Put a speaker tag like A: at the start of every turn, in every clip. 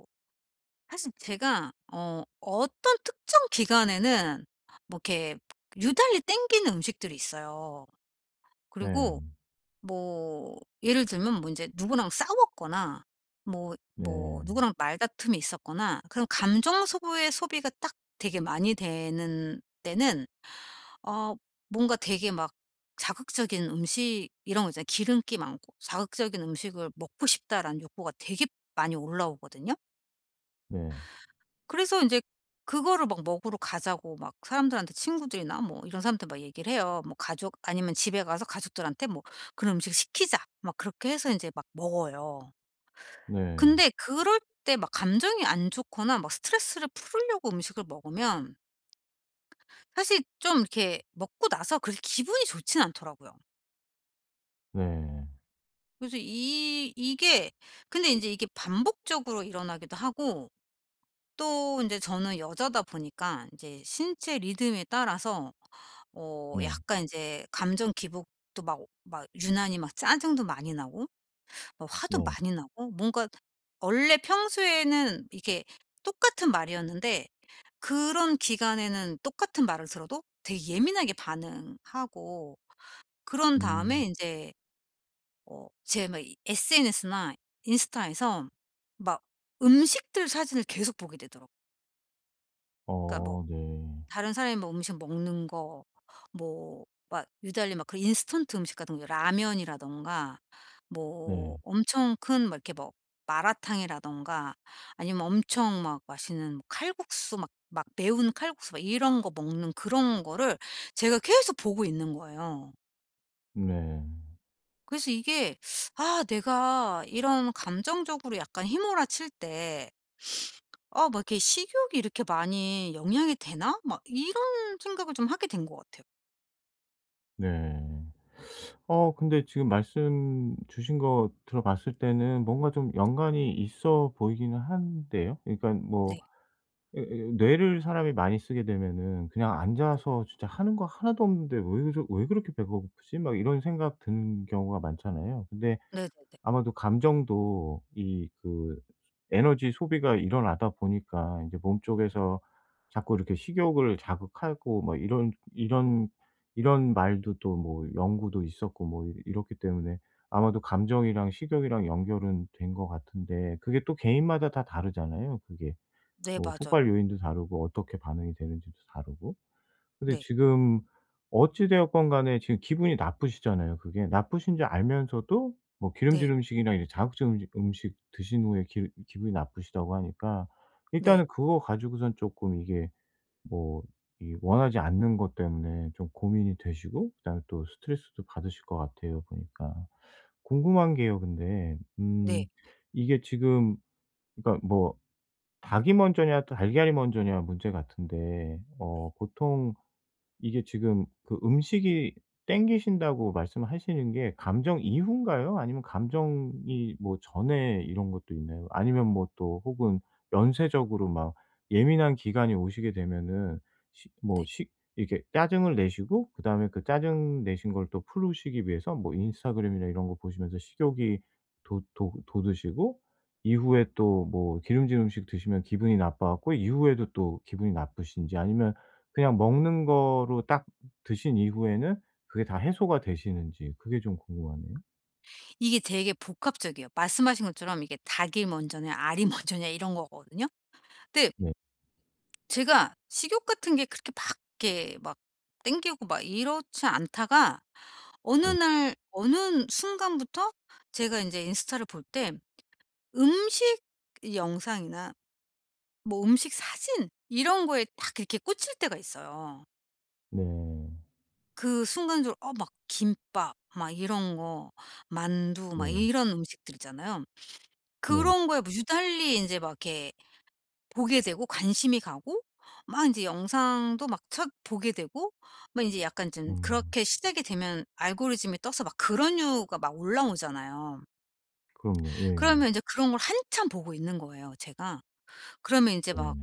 A: 뭐 사실 제가 어떤 특정 기간에는 뭐 이렇게 유달리 땡기는 음식들이 있어요. 그리고
B: 네.
A: 뭐 예를 들면 뭐 인제 누구랑 싸웠거나 뭐 뭐
B: 네.
A: 누구랑 말다툼이 있었거나 그런 감정 소비의 소비가 딱 되게 많이 되는 때는 어 뭔가 되게 막 자극적인 음식 이런 거 있잖아요. 기름기 많고 '자극적인 음식을 먹고 싶다.'라는 욕구가 되게 많이 올라오거든요.
B: 네.
A: 그래서 인제 그거를 막 먹으러 가자고 막 사람들한테, 친구들이나 뭐 이런 사람한테 막 얘기를 해요. 뭐 가족 아니면 집에 가서 가족들한테 뭐 "그런 음식 시키자." 막 그렇게 해서 인제 막 먹어요.
B: 네.
A: 근데 그럴 때 막 감정이 안 좋거나 막 스트레스를 풀으려고 음식을 먹으면 사실 좀 이렇게 먹고 나서 그렇게 기분이 좋진 않더라고요.
B: 네.
A: 그래서 이 이게 근데 인제 이게 반복적으로 일어나기도 하고, 또 인제 저는 여자다 보니까 인제 신체 리듬에 따라서
B: 네.
A: 약간 이제 감정 기복도 막 유난히 막 짜증도 많이 나고 막 화도
B: 네.
A: 많이 나고, 뭔가 원래 평소에는 이게 똑같은 말이었는데 그런 기간에는 똑같은 말을 들어도 되게 예민하게 반응하고, 그런 다음에
B: 음.
A: 이제 제막 SNS나 인스타에서 막 음식들 사진을 계속 보게 되더라고요. 그러니까 뭐
B: 어 네.
A: 다른 사람이 뭐 음식 먹는 거, 뭐 막 유달리 막 그런 인스턴트 음식 같은 거 라면이라든가 뭐
B: 네.
A: 엄청 큰 막 이렇게 뭐 마라탕이라든가, 아니면 엄청 막 맛있는 뭐 칼국수 막 매운 칼국수 막 이런 거 먹는 그런 거를 제가 계속 보고 있는 거예요.
B: 네.
A: 그래서 이게 '아 내가 이런 감정적으로 약간 휘몰아칠 때 아 막 이렇게 식욕이 이렇게 많이 영향이 되나?' 막 이런 생각을 좀 하게 된 것 같아요.
B: 네. 근데 지금 말씀 주신 거 들어 봤을 때는 뭔가 좀 연관이 있어 보이기는 한데요. 그러니까 뭐
A: 네.
B: 에 에 뇌를 사람이 많이 쓰게 되면은 그냥 앉아서 진짜 하는 거 하나도 없는데 '왜 그렇게 배가 고프지?' 막 이런 생각 드는 경우가 많잖아요. 근데
A: 네네네.
B: 아마도 감정도 이 그 에너지 소비가 일어나다 보니까 이제 몸 쪽에서 자꾸 이렇게 식욕을 자극하고 뭐 이런 말도 또 뭐 연구도 있었고 뭐 이 이렇기 때문에 아마도 감정이랑 식욕이랑 연결은 된 것 같은데 그게 또 개인마다 다 다르잖아요 그게.
A: 네,
B: 뭐
A: 맞아요.
B: 촉발 요인도 다르고 어떻게 반응이 되는지도 다르고. 근데
A: 네.
B: 지금 어찌 되었건 간에 지금 기분이 나쁘시잖아요 그게. 나쁘신 줄 알면서도 뭐
A: 네.
B: 기름진 음식이나 이제 자극적인 음식 드신 후에 기 기분이 나쁘시다고 하니까
A: 네.
B: 일단은 그거 가지고선 조금 이게 뭐 이 원하지 않는 것 때문에 좀 고민이 되시고 그다음에 또 스트레스도 받으실 것 같아요 보니까. 궁금한 게요 근데
A: 네.
B: 이게 지금 그러니까 뭐 닭이 먼저냐 달걀이 먼저냐 문제 같은데 보통 이게 지금 그 음식이 땡기신다고 말씀하시는 게 감정 이후인가요? 아니면 감정이 뭐 전에 이런 것도 있나요? 아니면 뭐 또 혹은 연쇄적으로 막 예민한 기간이 오시게 되면은 시 뭐
A: 네.
B: 시 이렇게 짜증을 내시고 그다음에 그 짜증 내신 걸 또 풀으시기 위해서 뭐 인스타그램이나 이런 거 보시면서 식욕이 도 도 돋으시고 이후에 또 뭐 기름진 음식 드시면 기분이 나빠 갖고 이후에도 또 기분이 나쁘신지 아니면 그냥 먹는 거로 딱 드신 이후에는 그게 다 해소가 되시는지 그게 좀 궁금하네요.
A: 이게 되게 복합적이에요. 말씀하신 것처럼 이게 닭이 먼저냐 알이 먼저냐 이런 거거든요. 근데
B: 네.
A: 제가 식욕 같은 게 그렇게 막 이렇게 막 땡기고 막 이렇지 않다가 어느
B: 네.
A: 날 어느 순간부터 제가 인제 인스타를 볼 때 음식 영상이나 뭐 음식 사진 이런 거에 딱 이렇게 꽂힐 때가 있어요.
B: 네.
A: 그 순간적으로 막 김밥 막 이런 거, 만두 막
B: 네.
A: 이런 음식들 있잖아요.
B: 네.
A: 그런 거에 뭐 유달리 인제 막 이렇게 보게 되고 관심이 가고, 막 인제 영상도 막 첫 보게 되고, 막 인제 약간 좀
B: 음.
A: 그렇게 시작이 되면 알고리즘이 떠서 막 그런 류가 막 올라오잖아요.
B: 그럼요. 예예.
A: 그러면 인제 그런 걸 한참 보고 있는 거예요, 제가. 그러면 인제
B: 네.
A: 막
B: 네.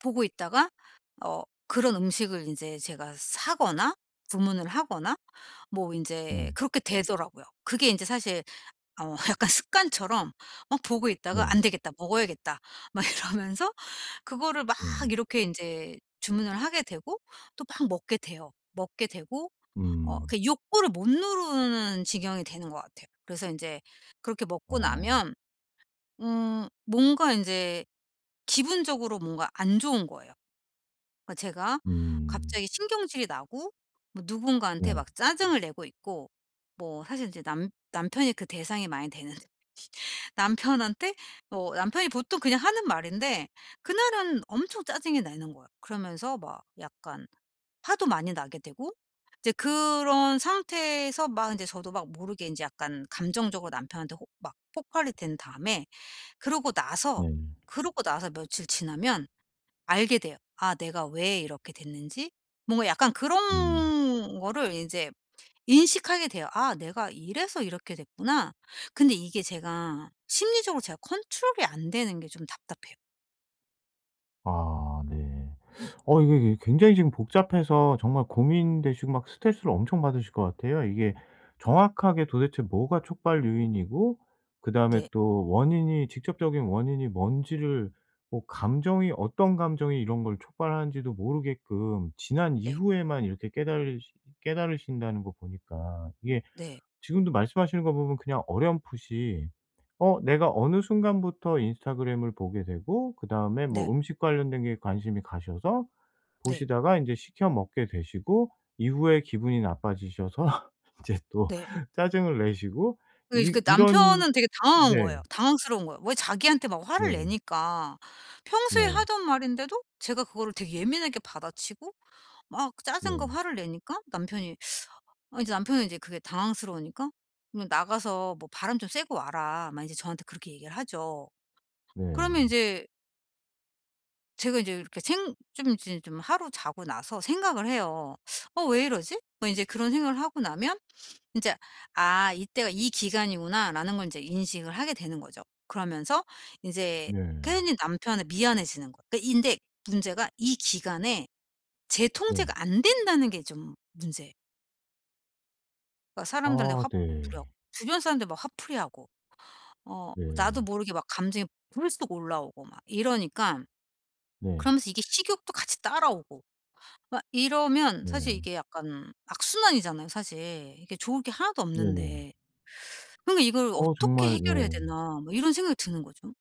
A: 보고 있다가 그런 음식을 인제 제가 사거나 주문을 하거나 뭐 인제
B: 네.
A: 그렇게 되더라고요. 그게 인제 사실 약간 습관처럼 막 보고 있다가
B: 네.
A: '안 되겠다. 먹어야겠다.' 막 이러면서 그거를 막
B: 네.
A: 이렇게 인제 주문을 하게 되고 또 막 먹게 돼요. 먹게 되고
B: 음.
A: 그 욕구를 못 누르는 지경이 되는 것 같아요. 그래서 인제 그렇게 먹고
B: 어.
A: 나면 뭔가 인제 기분적으로 뭔가 안 좋은 거예요. 그러니까 제가
B: 음.
A: 갑자기 신경질이 나고 뭐 누군가한테
B: 네.
A: 막 짜증을 내고 있고, 뭐 사실 이제 남 남편이 그 대상이 많이 되는데 남편한테 뭐, 남편이 보통 그냥 하는 말인데 그날은 엄청 짜증이 나는 거예요. 그러면서 막 약간 화도 많이 나게 되고 이제 그런 상태에서 막 이제 저도 막 모르게 이제 약간 감정적으로 남편한테 막 폭발이 된 다음에, 그러고 나서
B: 네.
A: 그러고 나서 며칠 지나면 알게 돼요. '아, 내가 왜 이렇게 됐는지.' 뭔가 약간
B: 음.
A: 그런 거를 이제 인식하게 돼요. '아, 내가 이래서 이렇게 됐구나.' 근데 이게 제가 심리적으로 제가 컨트롤이 안 되는 게 좀 답답해요.
B: 아 네. 이게 굉장히 지금 복잡해서 정말 고민되시고 막 스트레스를 엄청 받으실 것 같아요. 이게 정확하게 도대체 뭐가 촉발 요인이고 그다음에
A: 네.
B: 또 원인이 직접적인 원인이 뭔지를 뭐 감정이 어떤 감정이 이런 걸 촉발하는지도 모르게끔 지난
A: 네.
B: 이후에만 이렇게 깨달으신다는 거 보니까 이게
A: 네.
B: 지금도 말씀하시는 거 보면 그냥 어렴풋이 내가 어느 순간부터 인스타그램을 보게 되고 그다음에
A: 네.
B: 뭐 음식 관련된 게 관심이 가셔서
A: 네.
B: 보시다가 인제 시켜 먹게 되시고 이후에 기분이 나빠지셔서 이제 또
A: 네.
B: 짜증을 내시고
A: 예. 그
B: 이
A: 그
B: 이런
A: 남편은 되게 당황한
B: 네.
A: 거예요. 당황스러운 거예요. 왜 자기한테 막 화를
B: 네.
A: 내니까. 평소에
B: 네.
A: 하던 말인데도 제가 그거를 되게 예민하게 받아치고 막 짜증과
B: 네.
A: 화를 내니까 남편이, 이제 남편은 이제 그게 당황스러우니까 "그럼 나가서 뭐 바람 좀 쐬고 와라." 막 이제 저한테 그렇게 얘기를 하죠. 그러면 이
B: 네.
A: 제 제가 이제 이렇게 생 좀 이제 좀 하루 자고 나서 생각을 해요. '어, 왜 이러지?' 뭐 이제 그런 생각을 하고 나면 이제 '아, 이때가 이 기간이구나.'라는 걸 인제 인식을 하게 되는 거죠. 그러면서 이제
B: 네.
A: 괜히 남편이 미안해지는 거예요. 그데 문제가, 이 기간에 제
B: 네.
A: 통제가 안 된다는 게 좀 문제. 그러니까 사람들한테
B: 아
A: 화풀이하고
B: 네.
A: 주변 사람들 막 화풀이하고
B: 네.
A: 나도 모르게 막 감정이 불쑥 올라오고 막 이러니까,
B: 네.
A: 그러면서 이게 식욕도 같이 따라오고 막 이러면 사실
B: 네.
A: 이게 약간 악순환이잖아요, 사실. 이게 좋을 게 하나도
B: 네네.
A: 없는데. 그러니까 '이걸
B: 어
A: 어떻게
B: 정말
A: 해결해야
B: 예.
A: 되나.' 뭐 이런 생각이 드는 거죠.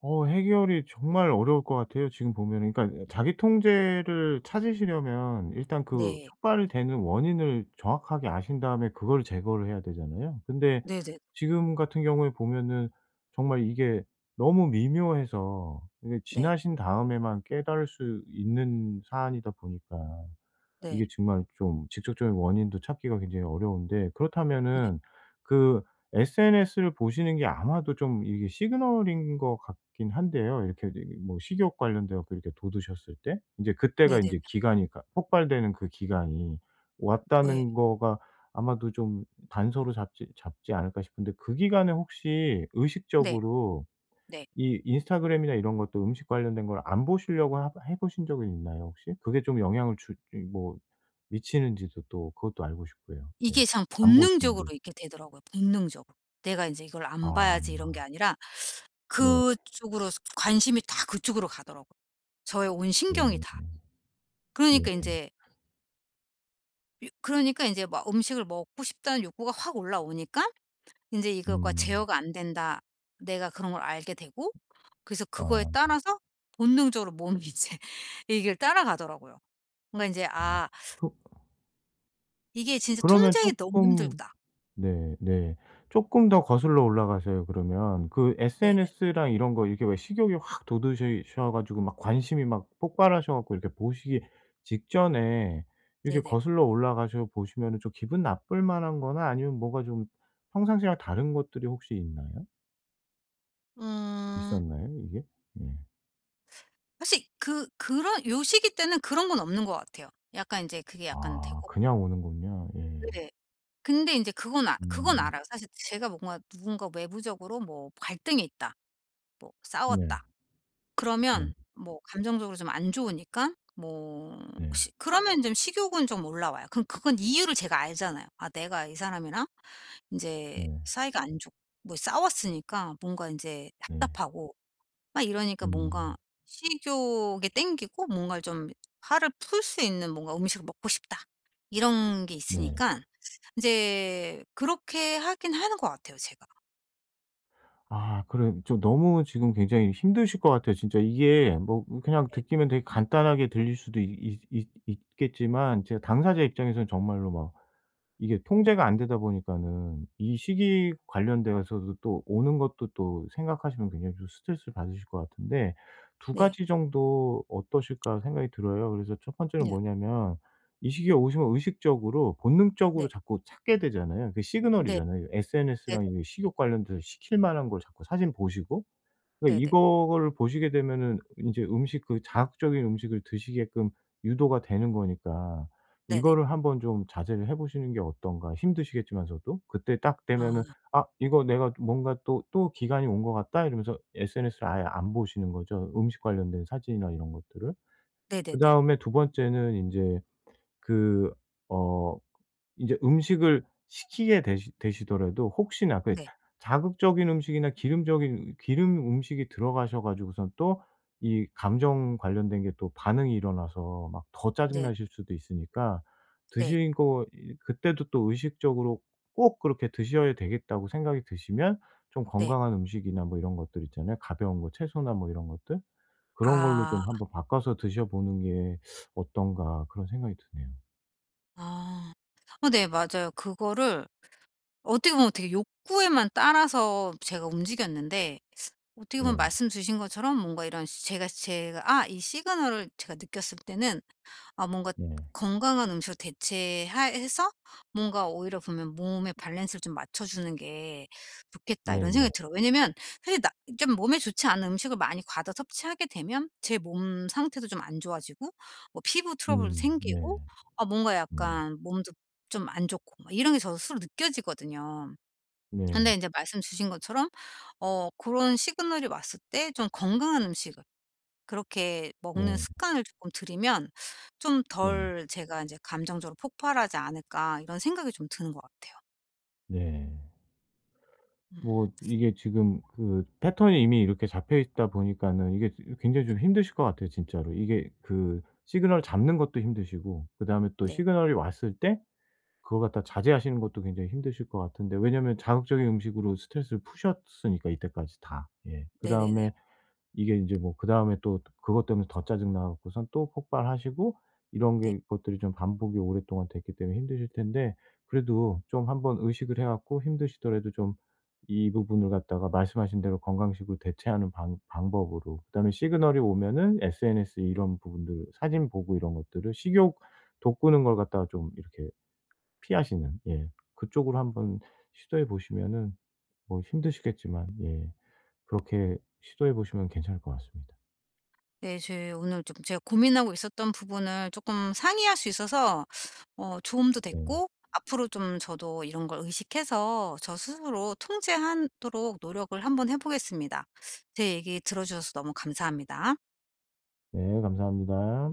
B: 해결이 정말 어려울 것 같아요 지금 보면은. 그러니까 자기 통제를 찾으시려면 일단 그
A: 네.
B: 촉발이 되는 원인을 정확하게 아신 다음에 그걸 제거를 해야 되잖아요. 근데
A: 네네.
B: 지금 같은 경우에 보면은 정말 이게 너무 미묘해서 이게
A: 네.
B: 지나신 다음에만 깨달을 수 있는 사안이다 보니까
A: 네.
B: 이게 정말 좀 직접적인 원인도 찾기가 굉장히 어려운데
A: 네.
B: 그렇다면은 그 SNS를 보시는 게 아마도 좀 이게 시그널인 것 같긴 한데요. 이렇게 이게 뭐 식욕 관련돼 갖고 이렇게 돋으셨을 때 인제 그때가 인제
A: 네네네.
B: 기간이 가 폭발되는 그 기간이
A: 예.
B: 왔다는 거가 아마도 좀 단서로 잡지 않을까 싶은데 그 기간에 혹시
A: 네.
B: 의식적으로
A: 네.
B: 이 인스타그램이나 이런 것도 음식 관련된 걸 안 보시려고 하 해 보신 적은 있나요 혹시? 그게 좀 영향을 주 뭐 미치는지도 또 그것도 알고 싶고요. 예.
A: 이게 참
B: 안 보시는
A: 본능적으로
B: 게
A: 이렇게 되더라고요, 본능적으로. 내가 인제 '이걸 안 봐야지.' 이런 게
B: 아
A: 아니라
B: 네
A: 그쪽으로 관심이 다 그쪽으로 가더라고요. 저의 온 신경이 다.
B: 네 네.
A: 그러니까 인제 유 그러니까 인제 막 음식을 먹고 싶다는 욕구가 확 올라오니까 인제 이것과
B: 음.
A: 제어가 안 된다. 내가 그런 걸 알게 되고 그래서 그거에
B: 아.
A: 따라서 본능적으로 몸이 이제 이걸 따라가더라고요. 그러니까 인제
B: 아.
A: '아,
B: 그
A: 이게 진짜
B: 그러면
A: 통제하기 너무
B: 조금
A: 힘들다.'
B: 네 네. 쪼끔 더 거슬러 올라가서요 그러면. 그
A: 네네.
B: SNS랑 이런 거 이렇게 왜 식욕이 확 돋으셔 가지고 막 관심이 막 폭발하셔 갖고 이렇게 보시기 직전에 이렇게
A: 네네.
B: 거슬러 올라가셔 보시면은 좀 기분 나쁠 만한 거나 아니면 뭐가 좀 평상시랑 다른 것들이 혹시 있나요?
A: 음
B: 있었나요 이게? 예.
A: 사실 그런 요 시기 때는 그런 건 없는 것 같아요. 약간 인제 그게 약간
B: 아
A: 되고.
B: 그냥 오는군요. 예.
A: 네. 근데 인제 그건
B: 음.
A: 알아요. 사실 제가 뭔가, 누군가 외부적으로 뭐 갈등이 있다, 뭐
B: 네.
A: 싸웠다,
B: 네.
A: 그러면 뭐 감정적으로 좀 안 좋으니까 뭐
B: 네.
A: 시 그러면 좀 식욕은 좀 올라와요. 그럼 그건 이유를 제가 알잖아요. 아, 내가 이 사람이랑 이제
B: 네.
A: 사이가 안 좋고 뭐 싸웠으니까 뭔가 이제
B: 네.
A: 답답하고 막 이러니까 뭔가
B: 음.
A: 식욕이 땡기고 뭔가 좀 화를 풀 수 있는, 뭔가 '음식을 먹고 싶다.' 이런 게 있으니
B: 네.
A: 까 이제 그렇게 하긴 하는 것 같아요, 제가.
B: 아 그래 좀 너무 지금 굉장히 힘드실 것 같아요. 진짜 이게 뭐 그냥 듣기면 되게 간단하게 들릴 수도 있겠지만 제가 당사자 입장에서는 정말로 막 이게 통제가 안 되다 보니까는 이 시기 관련되어서도 또 오는 것도 또 생각하시면 굉장히 좀 스트레스를 받으실 것 같은데 두
A: 네.
B: 가지 정도 어떠실까 생각이 들어요. 그래서 첫 번째는
A: 네.
B: 뭐냐면 이 시기에 오시면 의식적으로
A: 네.
B: 본능적으로 자꾸 찾게 되잖아요. 그게
A: 네.
B: 시그널이잖아요.
A: 네
B: SNS랑
A: 네.
B: 이 식욕 관련돼서 시킬 만한 걸 자꾸 사진 보시고 그러니까
A: 네네.
B: 이거를 보시게 되면은 인제 음식 그 자극적인 음식을 드시게끔 유도가 되는 거니까
A: 네네.
B: 이거를 한번 좀 자제를 해 보시는 게 어떤가. 힘드시겠지만서도 그때 딱
A: 아.
B: 되면은 '아 이거 내가 뭔가 또, 또 기간이 온 것 같다.' 이러면서 SNS를 아예 안 보시는 거죠, 음식 관련된 사진이나 이런 것들을.
A: 네네네.
B: 그다음에 두 번째는 인제 그 어 이제 음식을 시키게 되시 되시더라도 혹시나 그
A: 네.
B: 자극적인 음식이나 기름 음식이 들어가셔 가지고선 또 이 감정 관련된 게 또 반응이 일어나서 막 더 짜증
A: 네.
B: 나실 수도 있으니까
A: 네.
B: 드신 거 이 그때도 또 의식적으로 꼭 그렇게 드셔야 되겠다고 생각이 드시면 좀
A: 네.
B: 건강한 음식이나 뭐 이런 것들 있잖아요. 가벼운 거 채소나 뭐 이런 것들. 그런 걸로
A: 아.
B: 좀 한번 바꿔서 드셔 보는 게 어떤가 그런 생각이 드네요.
A: 아. 어네, 맞아요. 그거를 어떻게 보면 되게 욕구에만 따라서 제가 움직였는데, 어떻게 보면
B: 네.
A: 말씀 주신 것처럼 뭔가 이런 제가 이 시그널을 제가 느꼈을 때는 뭔가
B: 네.
A: 건강한 음식으로 대체 해서, 뭔가 오히려 보면 '몸의 밸런스를 좀 맞춰 주는 게 좋겠다.' 이런 생각이
B: 네네.
A: 들어요. 왜냐면 사실 나 좀 몸에 좋지 않은 음식을 많이 과다 섭취하게 되면 제 몸 상태도 좀 안 좋아지고 뭐 피부 트러블도
B: 음. 네.
A: 생기고 뭔가
B: 네.
A: 약간 몸도 좀 안 좋고 막 이런 게 저 스스로 느껴지거든요.
B: 네.
A: 근데 이제 말씀 주신 것처럼 그런 시그널이 왔을 때 좀 건강한 음식 을 그렇게 먹는
B: 네.
A: 습관을 조금 들이면 좀
B: 네.
A: 덜 제가 이제 '감정적으로 폭발하지 않을까.' 이런 생각이 좀 드는 것 같아요.
B: 네.
A: 음.
B: 뭐 이게 지금 그 패턴이 이미 이렇게 잡혀 있다 보니까는 이게 지 굉장히 좀 힘드실 것 같아요 진짜로. 이게 그 시그널 잡는 것도 힘드시고 그다음에 또
A: 네.
B: 시그널이 왔을 때 그걸 갖다 자제하시는 것도 굉장히 힘드실 것 같은데 왜냐면 자극적인 음식으로 스트레스를 푸셨으니까 이때까지 다. 예.
A: 네네네.
B: 그다음에 이게 인제 뭐 그다음에 또 그것 때문에 더 짜증 나 갖고선 또 폭발하시고 이런
A: 네,
B: 게 것들이 좀 반복이 오랫동안 됐기 때문에 힘드실 텐데 그래도 좀 한번 의식을 해 갖고 힘드시더라도 좀 이 부분을 갖다가 말씀하신 대로 건강식으로 대체하는 방 방법으로 그다음에 시그널이 오면은 SNS 이런 부분들 사진 보고 이런 것들을 식욕 돋구는 걸 갖다가 좀 이렇게 피하시는 예 그쪽으로 한번 시도해 보시면은 뭐 힘드시겠지만 예 그렇게 시도해 보시면 괜찮을 것 같습니다.
A: 네 제 오늘 좀 제가 고민하고 있었던 부분을 조금 상의할 수 있어서 도움도
B: 네.
A: 됐고, 앞으로 좀 저도 이런 걸 의식해서 저 스스로 통제하도록 노력을 한번 해 보겠습니다. 제 얘기 들어 주셔서 너무 감사합니다.
B: 네 감사합니다.